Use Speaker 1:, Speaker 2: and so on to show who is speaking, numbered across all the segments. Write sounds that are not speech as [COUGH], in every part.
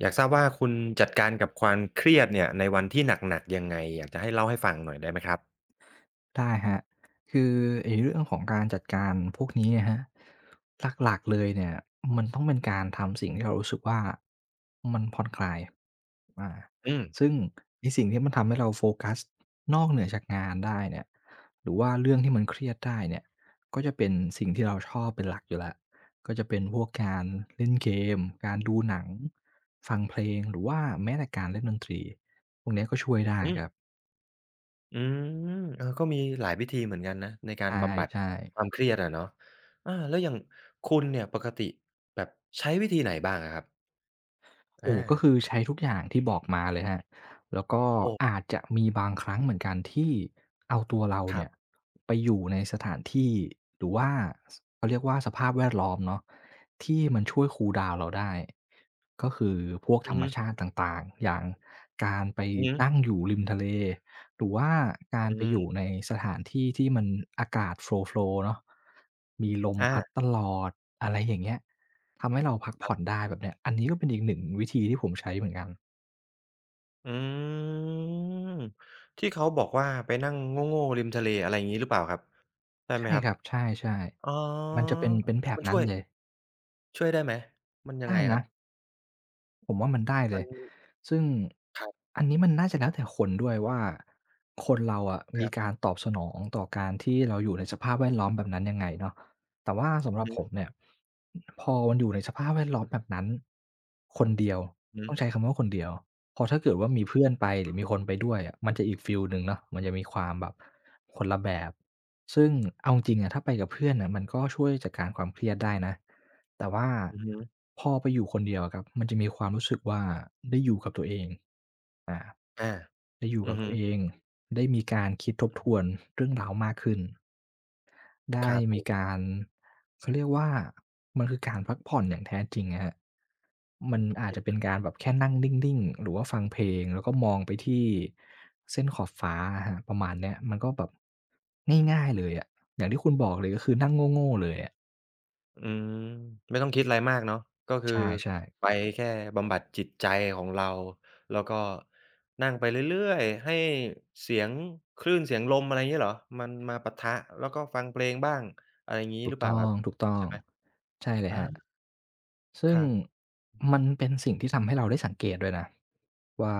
Speaker 1: อยากทราบว่าคุณจัดการกับความเครียดเนี่ยในวันที่หนักๆยังไงอยากจะให้เล่าให้ฟังหน่อยได้ไหมครับ
Speaker 2: ได้ครับคือไอ้เรื่องของการจัดการพวกนี้อะครับหลักๆเลยเนี่ยมันต้องเป็นการทำสิ่งที่เรารู้สึกว่ามันผ่อนคลายอา
Speaker 1: อืม
Speaker 2: ซึ่งไอ้สิ่งที่มันทำให้เราโฟกัสนอกเหนือจากงานได้เนี่ยหรือว่าเรื่องที่มันเครียดได้เนี่ยก็จะเป็นสิ่งที่เราชอบเป็นหลักอยู่แล้วก็จะเป็นพวกการเล่นเกมการดูหนังฟังเพลงหรือว่าแม้แต่การเล่นดนตรีพวกเนี้ยก็ช่วยได้
Speaker 1: อื
Speaker 2: ครับ
Speaker 1: มอืมเออก็มีหลายวิธีเหมือนกันนะในการบำบัด
Speaker 2: ใช่
Speaker 1: ความ
Speaker 2: ๆ
Speaker 1: เครียดอะเนาะอาแล้วอย่างคุณเนี่ยปกติแบบใช้วิธีไหนบ้างอะครับ
Speaker 2: โอ้ก็
Speaker 1: อา
Speaker 2: คือใช้ทุกอย่างที่บอกมาเลยครับแล้วก็
Speaker 1: โอ้
Speaker 2: อาจจะมีบางครั้งเหมือนกันที่เอาตัวเรา
Speaker 1: ครั
Speaker 2: เนี่ย
Speaker 1: บ
Speaker 2: ไปอยู่ในสถานที่หรือว่าเขาเรียกว่าสภาพแวดล้อมเนาะที่มันช่วยคูลดาวน์เราได้ก็คือพวกธ
Speaker 1: อื
Speaker 2: ร
Speaker 1: อ
Speaker 2: รม
Speaker 1: ฮึ
Speaker 2: ชาติต่างๆอย่างการไป
Speaker 1: อือฮึ
Speaker 2: นั่งอยู่ริมทะเลหรือว่าการ
Speaker 1: อื
Speaker 2: ไปอ
Speaker 1: ม
Speaker 2: ยู่ในสถานที่ที่มันอากาศโฟลว์ๆเนาะมีลม
Speaker 1: อา
Speaker 2: พัดตลอดอะไรอย่างเงี้ย ทำให้เราพัก
Speaker 1: ครั
Speaker 2: ผ่อน
Speaker 1: บ
Speaker 2: ได้แบบเนี้ยอันนี้ก็เป็นอีกหนึ่งวิธีที่ผมใช้เหมือนกัน
Speaker 1: อืมที่เขาบอกว่าไปนั่งโง่ๆริมทะเลอะไรอย่างงี้หรือเปล่าครับใช่ไหม
Speaker 2: ใช่
Speaker 1: ครับ
Speaker 2: ครับ ใช่
Speaker 1: อ๋อ
Speaker 2: ๆมันจะเป็นแบบ
Speaker 1: มัน
Speaker 2: นั้
Speaker 1: ช่
Speaker 2: น
Speaker 1: วย
Speaker 2: เลย
Speaker 1: ช่วยได้ไหมมันยัง
Speaker 2: ได้
Speaker 1: ไงค
Speaker 2: นะ
Speaker 1: รับ
Speaker 2: ผมว่ามันได้เล
Speaker 1: มัน
Speaker 2: ยซึ่ง
Speaker 1: ครับ
Speaker 2: อันนี้มันน่าจะแล้วแต่คนด้วยว่าคนเราอะ
Speaker 1: ค
Speaker 2: มี
Speaker 1: รั
Speaker 2: การ
Speaker 1: บ
Speaker 2: ตอบสนองต่อการที่เราอยู่ในสภาพแวดล้อมแบบนั้นยังไงเนาะแต่ว่าสำห
Speaker 1: อื
Speaker 2: รั
Speaker 1: อ
Speaker 2: บ
Speaker 1: ฮึ
Speaker 2: ผมเนี่ยพอมันอยู่ในสภาพแวดล้อมแบบนั้นคนเดียว
Speaker 1: อื
Speaker 2: ต้
Speaker 1: อ
Speaker 2: องใช้คำว่าคนเดียวพอถ้าเกิดว่ามีเพื่อนไปหรือมีคนไปด้วยอะมันจะอีกฟีลหนึ่งเนาะมันจะมีความแบบคนละแบบซึ่งเอาจริงๆอะถ้าไปกับเพื่อนน่ะมันก็ช่วยจัดการความเครียดได้นะ แต่ว่า
Speaker 1: อือฮึ
Speaker 2: พอไปอยู่คนเดียวอะครับมันจะมีความรู้สึกว่าได้อยู่กับตัวเองอา
Speaker 1: อา
Speaker 2: ได้อยู่
Speaker 1: อื
Speaker 2: กั
Speaker 1: อ
Speaker 2: บ
Speaker 1: ฮึ
Speaker 2: ตัวเองได้มีการคิดทบทวนเรื่องราวมากขึ้น
Speaker 1: ค
Speaker 2: ได้
Speaker 1: รับผ
Speaker 2: มี
Speaker 1: ม
Speaker 2: การเขาเรียกว่ามันคือการพักผ่อนอย่างแท้จริงอะครับมันอาจจะเป็นการแบบแค่นั่งนิ่งๆหรือว่าฟังเพลงแล้วก็มองไปที่เส้นขอบฟ้าอะครับประมาณเนี้ยมันก็แบบง่ายๆเลยอะอย่างที่คุณบอกเลยก็คือนั่งโง่ๆเลยอะ
Speaker 1: อืมไม่ต้องคิดอะไรมากเนาะก็คือ
Speaker 2: ใช่ๆ
Speaker 1: ไปแค่บำบัดจิตใจของเราแล้วก็นั่งไปเรื่อยๆให้เสียงคลื่นเสียงลมอะไรงี้เหรอมันมาปะทะแล้วก็ฟังเพลงบ้างอะไรงี้
Speaker 2: ถู
Speaker 1: ห
Speaker 2: ก
Speaker 1: รือเปล่า
Speaker 2: ต้อ
Speaker 1: ค
Speaker 2: ง
Speaker 1: รับ
Speaker 2: ถูกต้อง
Speaker 1: ใช่ไหม
Speaker 2: ใช่เลย
Speaker 1: อา
Speaker 2: ครับ
Speaker 1: ค
Speaker 2: ซึ่ง
Speaker 1: รับ
Speaker 2: มันเป็นสิ่งที่ทำให้เราได้สังเกตด้วยนะว่า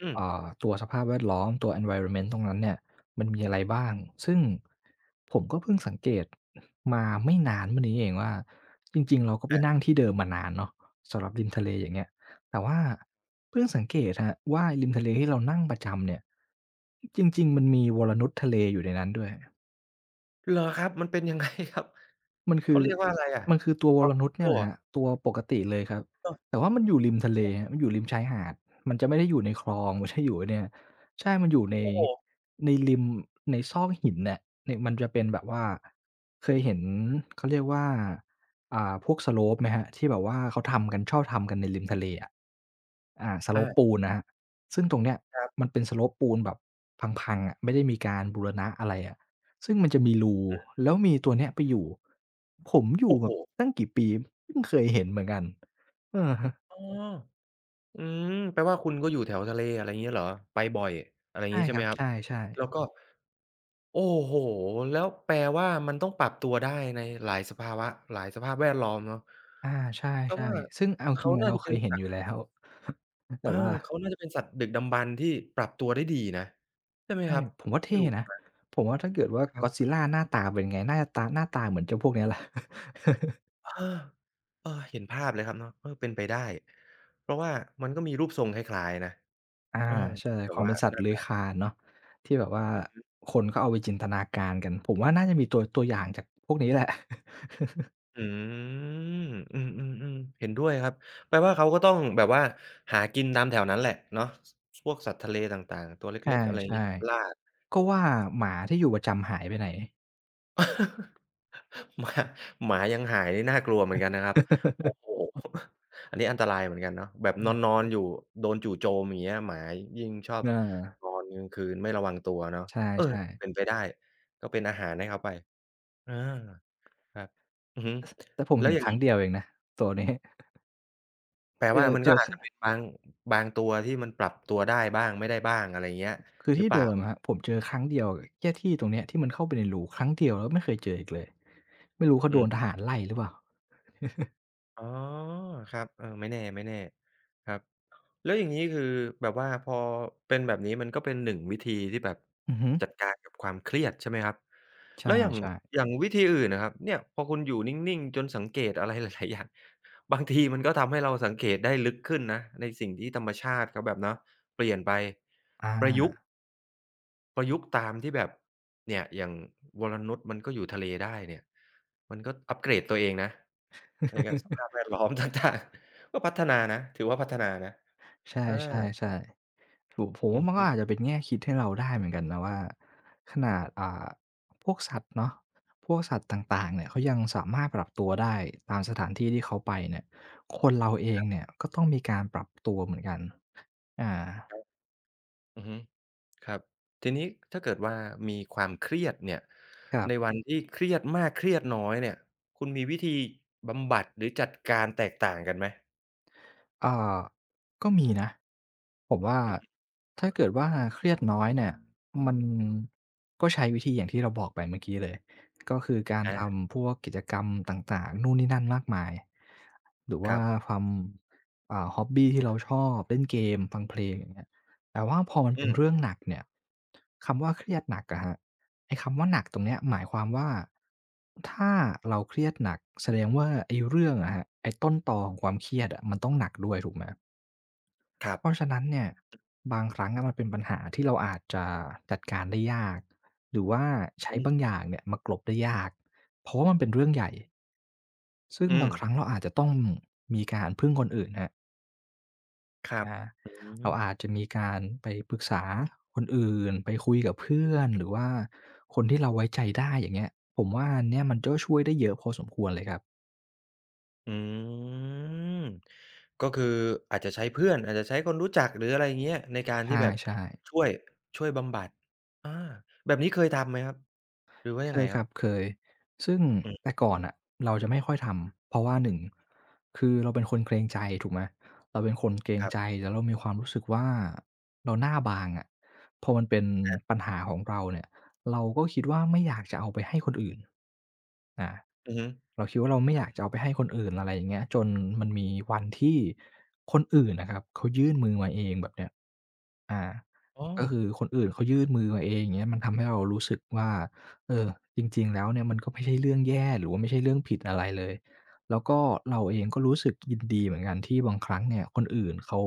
Speaker 1: อืม
Speaker 2: ตัวสภาพแวดล้อมตัว environment ตรงนั้นเนี่ยมันมีอะไรบ้างซึ่งผมก็เพิ่งสังเกตมาไม่นานมานี้เองว่าจริงๆเราก็ไปนั่
Speaker 1: อา
Speaker 2: งที่เดิมมานานเนาะสำหรับริมทะเลอย่างเงี้ยแต่ว่าเพิ่งสังเกตครับว่าริมทะเลที่เรานั่งประจำเนี่ยจริงๆมันมีวรนุชทะเลอยู่ในนั้นด้วย
Speaker 1: เหรอครับมันเป็นยังไงครับ
Speaker 2: มันคื
Speaker 1: เขา
Speaker 2: อ
Speaker 1: เรียกว่าอะไรอะ
Speaker 2: มันคือตั
Speaker 1: มั
Speaker 2: ว
Speaker 1: ง
Speaker 2: ว
Speaker 1: ก
Speaker 2: ร
Speaker 1: ร
Speaker 2: นุช
Speaker 1: Komodo
Speaker 2: เนี่ยแห
Speaker 1: เหร
Speaker 2: ละ
Speaker 1: อ
Speaker 2: ครับตัวปกติเลยครับ
Speaker 1: เออ
Speaker 2: แต่ว่ามันอยู่ริมทะเลครับมันอยู่ริมชายหาดมันจะไม่ได้อยู่ในคลองมันจะอยู่ไอ้เนี่ยใช่มันอยู่ใน
Speaker 1: โอ้โฮ
Speaker 2: ในริมในซอกหินน่ะในมันจะเป็นแบบว่าเคยเห็นเขาเรียกว่าพวกสโลปไหมครับที่แบบว่าเขาทำกันชอบทำกันในริมทะเลอะสโล
Speaker 1: อา
Speaker 2: ปปูนนะครับซึ่งตรงเนี้ย
Speaker 1: ครับ
Speaker 2: มันเป็นสโลปปูนแบบพังๆอะไม่ได้มีการบูรณะอะไรอะ ซึ่งมันจะมีรูแล้วมีตัวเนี้ยไปอยู่ผมอยู่
Speaker 1: โอ้
Speaker 2: แบ
Speaker 1: โฮ
Speaker 2: บตั้งกี่ปีเพิ่งเคยเห็นเหมือนกันเออ
Speaker 1: อ๋ออืมแปลว่าคุณก็อยู่แถวทะเลอะไรอย่างงี้เหรอไปบ่อยอะไรอย่าง
Speaker 2: ใช่
Speaker 1: งี้ใช่
Speaker 2: ค
Speaker 1: ไห
Speaker 2: รั
Speaker 1: ม
Speaker 2: บ
Speaker 1: ครับ
Speaker 2: ใช่
Speaker 1: แล้ว
Speaker 2: ๆ
Speaker 1: ก็โอ้โฮแล้วแปลว่ามันต้องปรับตัวได้ในหลายสภาวะหลายสภาพแวดล้อมเนาะ
Speaker 2: อาใช
Speaker 1: เพราะ
Speaker 2: ่
Speaker 1: ว่า
Speaker 2: ๆซึ่งเอาจริ
Speaker 1: เขา
Speaker 2: งอะ
Speaker 1: น่า
Speaker 2: เรา
Speaker 1: จะ
Speaker 2: เค
Speaker 1: เป็น
Speaker 2: ยเห็น
Speaker 1: สั
Speaker 2: อ
Speaker 1: ต
Speaker 2: ยู่
Speaker 1: ว์
Speaker 2: แล้ว [LAUGHS] แต่
Speaker 1: เออ
Speaker 2: ว่า
Speaker 1: เขาน่าจะเป็นสัตว์ดึกดำบรรพ์ที่ปรับตัวได้ดีนะใช่ไหม
Speaker 2: ใช่
Speaker 1: ครับ
Speaker 2: ผมว่า
Speaker 1: อ
Speaker 2: เท่
Speaker 1: ยู่
Speaker 2: นะ
Speaker 1: มา
Speaker 2: ผมว่าถ้าเกิดว่า
Speaker 1: ครับ
Speaker 2: Godzilla หน้าตาเป็นไงน่าจะหน้าตาเหมือนเจ้าพวกเนี้ยแหละ
Speaker 1: เออเออเห็นภาพเลยครับเนาะเออเป็นไปได้ เพราะว่ามันก็มีรูปทรงคล้ายๆนะ
Speaker 2: [LAUGHS] อา
Speaker 1: เออ
Speaker 2: ใช่
Speaker 1: แบ
Speaker 2: ค
Speaker 1: บ
Speaker 2: วาม
Speaker 1: ว่า
Speaker 2: เป็นสัตว์เลื้อยคลานเนาะที่แบบว่าคนก็เอาไปจินตนาการกันผมว่าน่าจะมีตัวอย่างจากพวกนี้แหละ
Speaker 1: อืมอืมๆๆเห็นด้วยครับแปลว่าเขาก็ต้องแบบว่าหากินตามแถวนั้นแหละเนาะพวกสัตว์ทะเลต่างๆตัวเล็กๆอะไร
Speaker 2: [LAUGHS] ใช่
Speaker 1: งี้ล่า
Speaker 2: ๆก็ว่าหมาที่อยู่ประจำหายไปไหน
Speaker 1: [LAUGHS] หมาหมายังหายนี่น่ากลัวเหมือนกันนะครับโอ้โฮ
Speaker 2: [LAUGHS]
Speaker 1: อันนี้อันตรายเหมือนกันเนาะแบบนอนๆอยู่โดนจู่โจมอย่างเงี้ยหมายิ่งชอบ
Speaker 2: เออ
Speaker 1: นอนกลางคืนไม่ระวังตัวเนาะเออ
Speaker 2: ใช่
Speaker 1: เป็น
Speaker 2: ๆ
Speaker 1: ไปได้ก็เป็นอาหารให้เขาไปอาครับอือฮึ
Speaker 2: แต่ผม
Speaker 1: แล้ว
Speaker 2: เห็น
Speaker 1: อย่า
Speaker 2: ค
Speaker 1: ง
Speaker 2: รั้ง
Speaker 1: งี้
Speaker 2: เดียวเองนะตัวนี้
Speaker 1: แปล
Speaker 2: เจ
Speaker 1: ว่า
Speaker 2: อ [LAUGHS]
Speaker 1: มัน
Speaker 2: เจ
Speaker 1: ก็
Speaker 2: อ
Speaker 1: อา
Speaker 2: ค
Speaker 1: จจะเป็นบางตัวที่มันปรับตัวได้บ้างไม่ได้บ้างอะไรอย่างเงี้ย
Speaker 2: คือ
Speaker 1: หรือ
Speaker 2: ที่
Speaker 1: เปล่า
Speaker 2: เดิมอะครับผมเจอครั้งเดียวแค่ที่ตรงเนี้ยที่มันเข้าไปในรูครั้งเดียวแล้วไม่เคยเจออีกเลยไม่รู้เขา
Speaker 1: อื
Speaker 2: โดนท
Speaker 1: ม
Speaker 2: หารไล่หรือเปล่า
Speaker 1: อ๋อครับเออไม่แน่ไม่แน่ครับแล้วอย่างงี้คือแบบว่าพอเป็นแบบนี้มันก็เป็นหนึ่งวิธีที่แบบ
Speaker 2: อือฮึ
Speaker 1: จัดการกับความเครียดใช่ไหมครับแล้วอย่าง
Speaker 2: ใช่
Speaker 1: อย่า
Speaker 2: ๆ
Speaker 1: งวิธีอื่นอะครับเนี่ยพอคุณอยู่นิ่งๆจนสังเกตอะไรหลายๆอย่าง [LAUGHS] บางทีมันก็ทำให้เราสังเกตได้ลึกขึ้นนะในสิ่งที่ธรรมชาติเขาแบบเนาะเปลี่ยนไปประยุ
Speaker 2: อา
Speaker 1: กต์ ประยุกต์ตามที่แบบเนี่ยอย่างวรนุชมันก็อยู่ทะเลได้เนี่ยมันก็อัปเกรดตัวเองนะในการสภาพแวดล้อม [LAUGHS] ต่างๆก็พัฒนานะถือว่าพัฒนานะ
Speaker 2: ใช
Speaker 1: อา
Speaker 2: ่ๆๆถูกผม
Speaker 1: อื
Speaker 2: ว่า
Speaker 1: อ
Speaker 2: มัน
Speaker 1: ฮึ
Speaker 2: ก็อาจจะเป็นแง่คิดให้เราได้เหมือนกันนะว่าขนาดพวกสัตว์เนาะพวกสัตว์ต่างๆเนี่ยเขายังสามารถปรับตัวได้ตามสถานที่ที่เขาไปเนี่ยคนเราเองเนี่ยก็ต้องมีการปรับตัวเหมือนกันอา
Speaker 1: ครับอือฮึครับทีนี้ถ้าเกิดว่ามีความเครียดเนี่ย
Speaker 2: ครั
Speaker 1: ใน
Speaker 2: บ
Speaker 1: วันที่เครียดมากเครียดน้อยเนี่ยคุณมีวิธีบำบัดหรือจัดการแตกต่างกันไหม
Speaker 2: อ่าก็มีนะผมว่าถ้าเกิดว่าเครียดน้อยเนี่ยมันก็ใช้วิธีอย่างที่เราบอกไปเมื่อกี้เลยก็คือการ
Speaker 1: อา
Speaker 2: ทำพวกกิจกรรมต่างๆนู่นนี่นั่นมากมายหรือ
Speaker 1: ค
Speaker 2: ว่า
Speaker 1: รับ
Speaker 2: ทำฮ็อบบีที่เราชอบเล่นเกมฟังเพลงอย่างเงี้ยแต่ว่าพอมัน
Speaker 1: อื
Speaker 2: เป็น
Speaker 1: ม
Speaker 2: เรื่องหนักเนี่ยคำว่าเครียดหนักอะครับ ไอ้คำว่าหนักตรงเนี้ยหมายความว่าถ้าเราเครียดหนักแสดงว่าไอ้เรื่องอะครับไอ้ต้นตอของความเครียดอะมันต้องหนักด้วยถูกไหม
Speaker 1: ครั
Speaker 2: เพราะฉะ
Speaker 1: บ
Speaker 2: นั้นเนี่ยบางครั้งอะมันเป็นปัญหาที่เราอาจจะจัดการได้ยากหรือว่าใช้
Speaker 1: อื
Speaker 2: บาง
Speaker 1: ม
Speaker 2: อย่างเนี่ยมากลบได้ยากเพราะว่ามันเป็นเรื่องใหญ่ซึ่ง
Speaker 1: อื
Speaker 2: บา
Speaker 1: ม
Speaker 2: งครั้งเราอาจจะต้องมีการพึ่งคนอื่นครับ
Speaker 1: ครับ
Speaker 2: อ่า
Speaker 1: อื
Speaker 2: เรา
Speaker 1: ม
Speaker 2: อาจจะมีการไปปรึกษาคนอื่นไปคุยกับเพื่อนหรือว่าคนที่เราไว้ใจได้อย่างเงี้ยผมว่าอันเนี้ยมันก็ช่วยได้เยอะพอสมควรเลยครับ
Speaker 1: อืมก็คืออาจจะใช้เพื่อนอาจจะใช้คนรู้จักหรืออะไรอย่างเงี้ยในการ
Speaker 2: ใ
Speaker 1: ที่แบบ
Speaker 2: ช่
Speaker 1: ช่
Speaker 2: ๆ
Speaker 1: วยช่วยบำบัดอาแบบนี้เคยทำไหมครับหรือว่ายั
Speaker 2: เค
Speaker 1: งไง
Speaker 2: ย
Speaker 1: ค
Speaker 2: ค
Speaker 1: รั
Speaker 2: รั
Speaker 1: บ
Speaker 2: บเคยซึ่ง
Speaker 1: อืม
Speaker 2: แต่ก่อ
Speaker 1: อื
Speaker 2: น
Speaker 1: ม
Speaker 2: น่ะเราจะไม่ค่อยทำเพราะว่าหนึ่งคือเราเป็นคนเกรงใจถูกไหมเราเป็นคนเกรง
Speaker 1: ครั
Speaker 2: ใจ
Speaker 1: บ
Speaker 2: แล้วเรามีความรู้สึกว่าเราหน้าบางอะพอมันเป็น
Speaker 1: ครั
Speaker 2: ปั
Speaker 1: บ
Speaker 2: ญหาของเราเนี่ยเราก็คิดว่าไม่อยากจะเอาไปให้คนอื่นอา
Speaker 1: อือฮึ
Speaker 2: เราคิดว่าเราไม่อยากจะเอาไปให้คนอื่นอะไรอย่างเงี้ยจนมันมีวันที่คนอื่นน่ะครับเขายื่นมือมาเองแบบเนี้ยอา
Speaker 1: อ๋อ
Speaker 2: ก็คือคนอื่นเขายื่นมือมาเองอย่างเงี้ยมันทำให้เรารู้สึกว่า เออจริงๆแล้วเนี่ยมันก็ไม่ใช่เรื่องแย่หรือว่าไม่ใช่เรื่องผิดอะไรเลยแล้วก็เราเองก็รู้สึกยินดีเหมือนกันที่บางครั้งเนี่ยคนอื่นเขา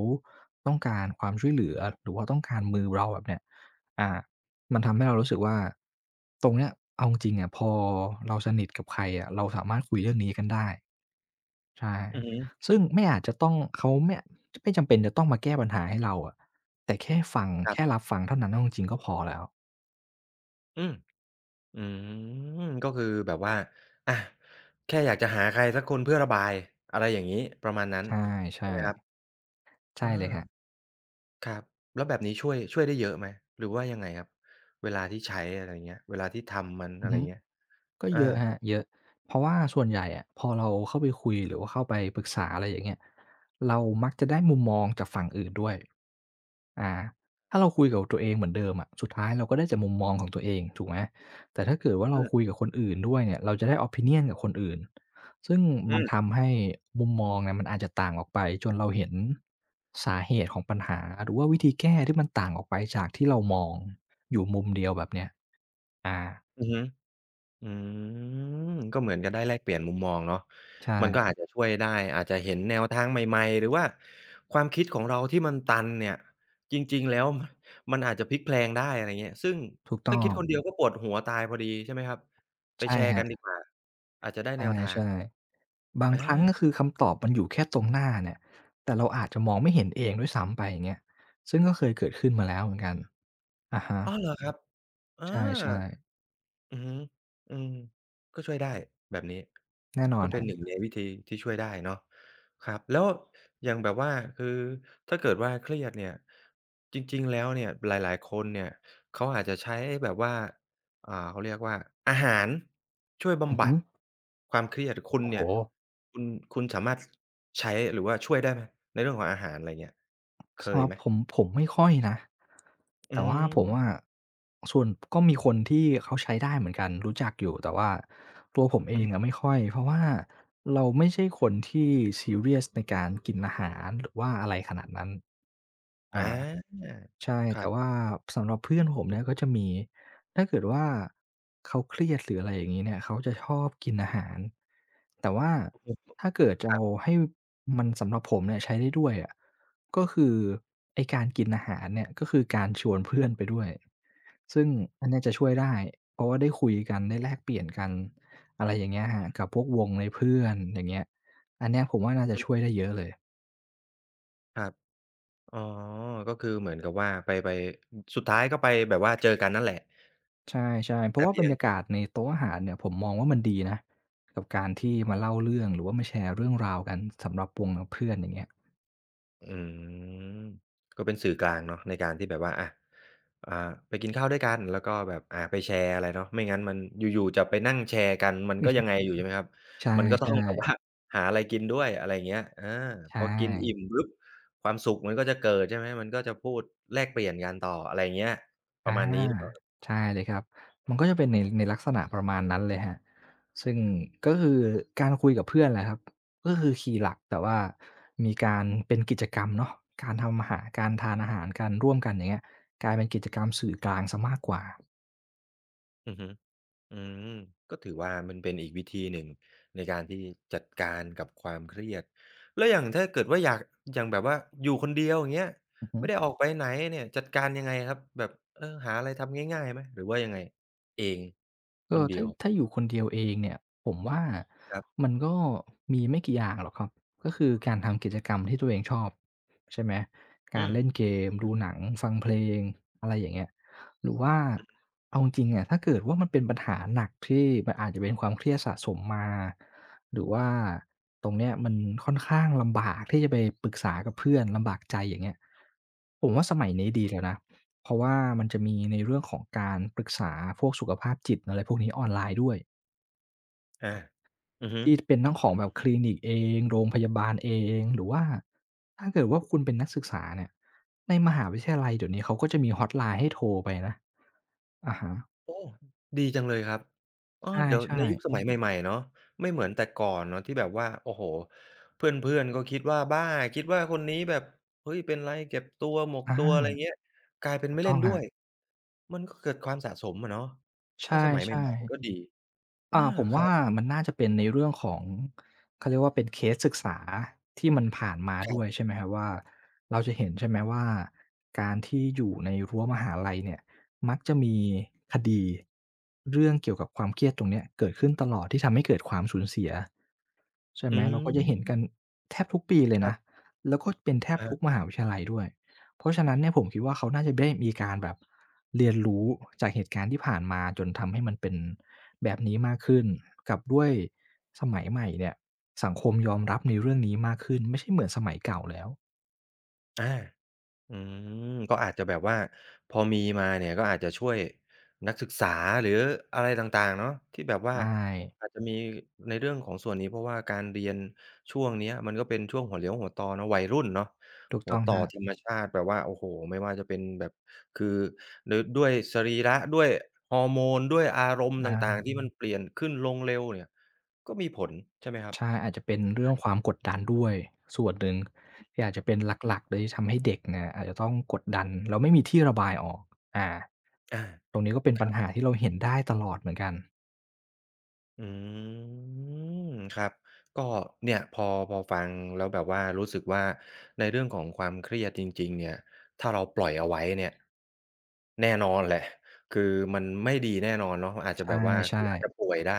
Speaker 2: ต้องการความช่วยเหลือหรือว่าต้องการมือเราแบบเนี้ยอ่ามันทำให้เรารู้สึกว่าตรงเนี้ยเอาจริงๆอะพอเราสนิทกับใครอะเราสามารถคุยเรื่องนี้กันได้ใช่
Speaker 1: อือฮึ
Speaker 2: ซึ่งไม่อาจจะต้องเขาไม่จำเป็นจะต้องมาแก้ปัญหาให้เราอะแต่แค่ฟัง
Speaker 1: ครั
Speaker 2: แค่รั
Speaker 1: บ
Speaker 2: บฟังเท่านั้นเอาจริงๆก็พอแล้ว
Speaker 1: อืมอืมก็คือแบบว่าอะแค่อยากจะหาใครสักคนเพื่อระบายอะไรอย่างงี้ประมาณนั้นใช่ไหม
Speaker 2: ใช่
Speaker 1: ครับ
Speaker 2: ๆใช่
Speaker 1: อา
Speaker 2: เลยครับ
Speaker 1: ครับแล้วแบบนี้ช่วยช่วยได้เยอะไหมหรือว่ายังไงครับเวลาที่ใช้อะไรอย่างเงี้ยเวลาที่ทำมัน
Speaker 2: อื
Speaker 1: อะ
Speaker 2: อ
Speaker 1: ไร
Speaker 2: ฮึ
Speaker 1: อย่างเงี้ย
Speaker 2: ก็
Speaker 1: อา
Speaker 2: เยอะครับเยอะเพราะว่าส่วนใหญ่อะพอเราเข้าไปคุยหรือว่าเข้าไปปรึกษาอะไรอย่างเงี้ยเรามักจะได้มุมมองจากฝั่งอื่นด้วยอ่าถ้าเราคุยกับตัวเองเหมือนเดิมอะสุดท้ายเราก็ได้จากมุมมองของตัวเองถูกไหมแต่ถ้าเกิดว่าเรา
Speaker 1: อื
Speaker 2: คุย
Speaker 1: ม
Speaker 2: กับคนอื่นด้วยเนี่ยเราจะได้ opinion กับคนอื่นซึ่ง
Speaker 1: อื
Speaker 2: มัน
Speaker 1: ม
Speaker 2: ทำให้มุมมองเนี่ยมันอาจจะต่างออกไปจนเราเห็นสาเหตุของปัญหาหรือว่าวิธีแก้ที่มันต่างออกไปจากที่เรามองอยู่มุมเดียวแบบเนี้ยอา
Speaker 1: อือฮึอืมก็เหมือนกับได้แลกเปลี่ยนมุมมองเนาะมันก็
Speaker 2: ใช่
Speaker 1: อาจจะช่วยได้ อาจจะเห็นแนวทางใหม่ๆ หรือว่าความคิดของเราที่มันตันเนี่ย จริงๆแล้ว [LAUGHS] มันอาจจะพลิกแพลงได้อะไรเงี้ยซึ่ง
Speaker 2: ถูก
Speaker 1: ถ้า
Speaker 2: ต้อ
Speaker 1: คิ
Speaker 2: ง
Speaker 1: ดคนเดียวก็ปวดหัวตายพอดีใช่ไหมครับไป
Speaker 2: ใช่
Speaker 1: แชร์
Speaker 2: ครั
Speaker 1: กันดี
Speaker 2: บ
Speaker 1: กว่าอาจจะได้แนวทาง
Speaker 2: ใช่ๆบาง
Speaker 1: อ
Speaker 2: ครั้งก็คื
Speaker 1: า
Speaker 2: อคำตอบมันอยู่แค่ตรงหน้าเนี่ยแต่เราอาจจะมองไม่เห็นเองด้วยซ้ำไปอย่างเงี้ยซึ่งก็เคยเกิดขึ้นมาแล้วเหมือนกันอะฮะ
Speaker 1: อ้อเหรอครับอา
Speaker 2: ใช่ๆ
Speaker 1: อือฮึอืมก็ช่วยได้แบบนี้
Speaker 2: แน่นอ
Speaker 1: ก็
Speaker 2: น
Speaker 1: เป็
Speaker 2: ค
Speaker 1: น
Speaker 2: รับ
Speaker 1: หนึ่งในวิธีที่ช่วยได้เนาะครับแล้วอย่างแบบว่าคือถ้าเกิดว่าเครียดเนี่ยจริงๆแล้วเนี่ยหลายๆคนเนี่ยเขาอาจจะใช้แบบว่าอ่าเขาเรียกว่าอาหารช่วย
Speaker 2: อือ
Speaker 1: บำบั
Speaker 2: ฮึ
Speaker 1: ดความเครียดคุณ
Speaker 2: โอ้โฮ
Speaker 1: เนี่ยคุณคุณสามารถใช้หรือว่าช่วยได้ไหมในเรื่องของอาหารอะไรเงี้ยเค
Speaker 2: สำห
Speaker 1: ย
Speaker 2: รับ
Speaker 1: ไหม
Speaker 2: ผมผมไม่ค่อยนะ
Speaker 1: อื
Speaker 2: แต่ว่าผม
Speaker 1: ม
Speaker 2: อะส่วนก็มีคนที่เขาใช้ได้เหมือนกันรู้จักอยู่แต่ว่าตัวผมเอ
Speaker 1: อือ
Speaker 2: ง
Speaker 1: ฮึ
Speaker 2: อะไม่ค่อยเพราะว่าเราไม่ใช่คนที่ซีเรียสในการกินอาหารหรือว่าอะไรขนาดนั้น
Speaker 1: อ
Speaker 2: อา
Speaker 1: า
Speaker 2: ใช่
Speaker 1: ครั
Speaker 2: แต่
Speaker 1: บ
Speaker 2: ว่าสำหรับเพื่อนผม
Speaker 1: อื
Speaker 2: เนี่ยก็
Speaker 1: ม
Speaker 2: จะมีถ้าเกิดว่าเขาเครียดหรืออะไรอย่างงี้เนี่ยเขาจะชอบกินอาหารแต่ว่าถ้าเกิดจะ
Speaker 1: ครั
Speaker 2: เอา
Speaker 1: บ
Speaker 2: ให้มันสำหรับผมเนี่ยใช้ได้ด้วยอะก็คือไอ้การกินอาหารเนี่ยก็คือการชวนเพื่อนไปด้วยซึ่งอันเนี้ยจะช่วยได้เพราะว่าได้คุยกันได้แลกเปลี่ยนกันอะไรอย่างเงี้ยครับกับพวกวงในเพื่อนอย่างเงี้ยอันเนี้ยผมว่าน่าจะ
Speaker 1: อื
Speaker 2: ช่วย
Speaker 1: ม
Speaker 2: ได้เยอะเลย
Speaker 1: ครับ อ๋อก็คือเหมือนกับว่าไปสุดท้ายก็ไปแบบว่าเจอกันนั่นแหละ
Speaker 2: ใช่ๆเพราะ
Speaker 1: แต่
Speaker 2: ว่าบ
Speaker 1: เพี
Speaker 2: ร
Speaker 1: ยง
Speaker 2: รยากาศในโต๊ะอาหารเนี่ยผมมองว่ามันดีนะกับการที่มาเล่าเรื่องหรือว่ามาแชร์เรื่องราวกันสำหรับวงเพื่อนอย่างเงี้ย
Speaker 1: อืมก็เป็นสื่อกลางเนาะในการที่แบบว่าอะอ่าไปกินข้าวด้วยกันแล้วก็แบบไปแชร์อะไรเนาะไม่งั้นมันอยู่ๆจะไปนั่งแชร์กันมันก็ยังไงอยู่ใช่ไหมครับ
Speaker 2: ใช่
Speaker 1: มันก็ต้องแบบว่า
Speaker 2: ๆ
Speaker 1: [LAUGHS] หาอะไรกินด้วยอะไรอย่างเงี้ยอา
Speaker 2: ใช่
Speaker 1: พอกินอิ่มปุ๊บความสุขมันก็จะเกิดใช่ไหมมันก็จะพูดแลกเปลี่ยนกันต่ออะไรอย่างเงี้ยประ
Speaker 2: อา
Speaker 1: มาณนี้หรือเปล่าครับ
Speaker 2: ใช่เลยครับมันก็จะเป็นในลักษณะประมาณนั้นเลยครับซึ่งก็คือการคุยกับเพื่อนแหละครับก็คือคีย์หลักแต่ว่ามีการเป็นกิจกรรมเนาะการทำอาหารการทานอาหารกันร่วมกันอย่างเงี้ยกลายเป็นกิจกรรมสื่อกลางเสียมากกว่า
Speaker 1: อือฮึ อืมก็ถือว่ามันเป็นอีกวิธีหนึ่งในการที่จัดการกับความเครียดแล้วอย่างถ้าเกิดว่าอยากอย่างแบบว่าอยู่คนเดียวอย่างเงี้ย
Speaker 2: อือฮึ
Speaker 1: ไม่ได้ออกไปไหนเนี่ยจัดการยังไงครับแบบเออหาอะไรทำง่ายๆไหมหรือว่ายังไงเองค
Speaker 2: ก็
Speaker 1: นเดี
Speaker 2: ถ้า
Speaker 1: ยว
Speaker 2: ถ้าอยู่คนเดียวเองเนี่ยผมว่า
Speaker 1: ครับ
Speaker 2: มันก็มีไม่กี่อย่างหรอกครับก็คือการทำกิจกรรมที่ตัวเองชอบใช่ไหมกา
Speaker 1: อื
Speaker 2: ร
Speaker 1: ม
Speaker 2: เล่นเกมดูหนังฟังเพลงอะไรอย่างเงี้ยหรือว่าเอาจริงๆอะถ้าเกิดว่ามันเป็นปัญหาหนักที่มันอาจจะเป็นความเครียดสะสมมาหรือว่าตรงเนี้ยมันค่อนข้างลำบากที่จะไปปรึกษากับเพื่อนลำบากใจอย่างเงี้ยผมว่าสมัยนี้ดีแล้วนะ เพราะว่ามันจะมีในเรื่องของการปรึกษาพวกสุขภาพจิตอะไรพวกนี้ออนไลน์ด้วย
Speaker 1: อาอือฮึ
Speaker 2: ที่เป็นทั้งของแบบคลินิกเองโรงพยาบาลเองหรือว่าถ้าเกิดว่าคุณเป็นนักศึกษาเนี่ยในมหาวิทยาลัยเดี๋ยวนี้เขาก็จะมีฮอตไลน์ให้โทรไปนะอะฮะ
Speaker 1: โอ้ดีจังเลยครับเออเดี๋ยว
Speaker 2: ใช่
Speaker 1: ในยุคส
Speaker 2: ๆ
Speaker 1: มัยใหม่ๆเนาะไม่เหมือนแต่ก่อนเนาะที่แบบว่าโอ้โฮเพื่อนๆก็คิดว่าบ้าคิดว่าคนนี้แบบเฮ้ยเป็นไรเก็บตัวหมกตัวอะไร
Speaker 2: อา
Speaker 1: เงี้ยกลายเป็น
Speaker 2: ถูก
Speaker 1: ไม่
Speaker 2: ต้อ
Speaker 1: เล่
Speaker 2: ง
Speaker 1: น
Speaker 2: ค
Speaker 1: ด้
Speaker 2: รั
Speaker 1: ว
Speaker 2: บ
Speaker 1: ยมันก็เกิดความสะสมอะเนาะ
Speaker 2: ใช
Speaker 1: ถ้าสมัย
Speaker 2: ่
Speaker 1: ใหม่ๆก็
Speaker 2: ๆ
Speaker 1: ดีอา
Speaker 2: อาผม
Speaker 1: ค
Speaker 2: ว่ามันน่าจะเป็นในเรื่องของเขาเรียกว่าเป็นเคสศึกษาที่มันผ่านมา
Speaker 1: รั
Speaker 2: ด้
Speaker 1: บ
Speaker 2: วย
Speaker 1: ๆ
Speaker 2: ใช่ไหมครับว่าเราจะเห็นใช่ไหมว่าการที่อยู่ในรั้วมหาลัยเนี่ยมักจะมีคดีเรื่องเกี่ยวกับความเครียดตรงเนี้ยเกิดขึ้นตลอดที่ทำให้เกิดความสูญเสีย ใช่
Speaker 1: อื
Speaker 2: ไหมเราก็จะเห็นกัน
Speaker 1: ม
Speaker 2: แทบทุกปีเลย
Speaker 1: ครั
Speaker 2: นะ
Speaker 1: บ
Speaker 2: แล้วก็เป็นแทบ
Speaker 1: อะ
Speaker 2: ทุ
Speaker 1: ฮะ
Speaker 2: กมหาวิทยาลัยด้วยเพราะฉะนั้นเนี่ยผมคิดว่าเขาน่าจะได้มีการแบบเรียนรู้จากเหตุการณ์ที่ผ่านมาจนทำให้มันเป็นแบบนี้มากขึ้นกับด้วยสมัยใหม่เนี่ยสังคมยอมรับในเรื่องนี้มากขึ้นไม่ใช่เหมือนสมัยเก่าแล้ว
Speaker 1: อา อืมก็อาจจะแบบว่าพอมีมาเนี่ยก็อาจจะช่วยนักศึกษาหรืออะไรต่างๆเนาะที่แบบว่า
Speaker 2: ใช่
Speaker 1: อาจจะมีในเรื่องของส่วนนี้เพราะว่าการเรียนช่วงเนี้ยมันก็เป็นช่วงหัวเลี้ยวหัวต่อเนาะวัยรุ่นเนาะ
Speaker 2: ถูก
Speaker 1: หั
Speaker 2: ต้
Speaker 1: ว
Speaker 2: อง
Speaker 1: ต่
Speaker 2: ค
Speaker 1: อ
Speaker 2: รับ
Speaker 1: ธรรมชาติแบบว่าโอ้โฮไม่ว่าจะเป็นแบบคือดด้วยสรีระด้วยฮอร์โมนด้วยอารมณ์ต่าง
Speaker 2: อา
Speaker 1: ๆที่มันเปลี่ยนขึ้นลงเร็วเนี่ยก็มีผลใช่ไหมครับ
Speaker 2: ใช่อาจจะเป็นเรื่องความกดดันด้วยส่วนหนึ่งที่อาจจะเป็น
Speaker 1: อื
Speaker 2: หลักๆ
Speaker 1: ม
Speaker 2: เลยที่ทำให้เด็กเนี่ยอาจจะต้องกดดันแล้วไม่มีที่ระบายออกอา
Speaker 1: อา
Speaker 2: ตรงนี้ก็เป็นปัญหาที่เราเห็นได้ตลอดเหมือนกัน
Speaker 1: อืมครับก็เนี่ยพอฟังแล้วแบบว่ารู้สึกว่าในเรื่องของความเครียดจริงๆเนี่ยถ้าเราปล่อยเอาไว้เนี่ยแน่นอนแหละคือมันไม่ดีแน่นอนเนาะอาจจะแบบว่าคืออาจ
Speaker 2: ใช่
Speaker 1: จะป่วยได้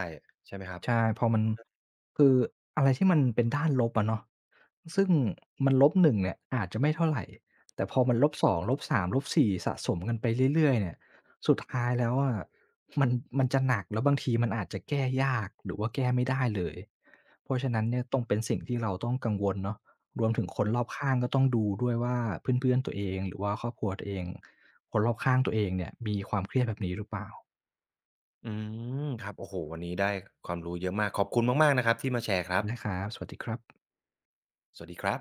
Speaker 1: ใช่ไหมครับ
Speaker 2: ๆใช่พอมันคืออะไรที่มันเป็นด้านลบอะเนาะซึ่งมันลบหนึ่งเนี่ยอาจจะไม่เท่าไรแต่พอมัน -2 -3 -4 สามลบสี่สะสมกันไปเรื่อยๆเนี่ยสุดท้ายแล้วอะมันมันจะหนักแล้วบางทีมันอาจจะแก้ยากหรือว่าแก้ไม่ได้เลย เพราะฉะนั้นเนี่ยต้องเป็นสิ่งที่เราต้องกังวลเนาะรวมถึงคนรอบข้างก็ต้องดูด้วยว่าเพื่อนๆตัวเองหรือว่าครอบครัวตัวเองคนรอบข้างตัวเองเนี่ยมีความเครียดแบบนี้หรือเปล่า
Speaker 1: อืมครับโอ้โฮวันนี้ได้ความรู้เยอะมากขอบคุณมากๆนะครับที่มาแชร์ครับ
Speaker 2: นะครับสวัสดีครับ
Speaker 1: สวัสดีครับ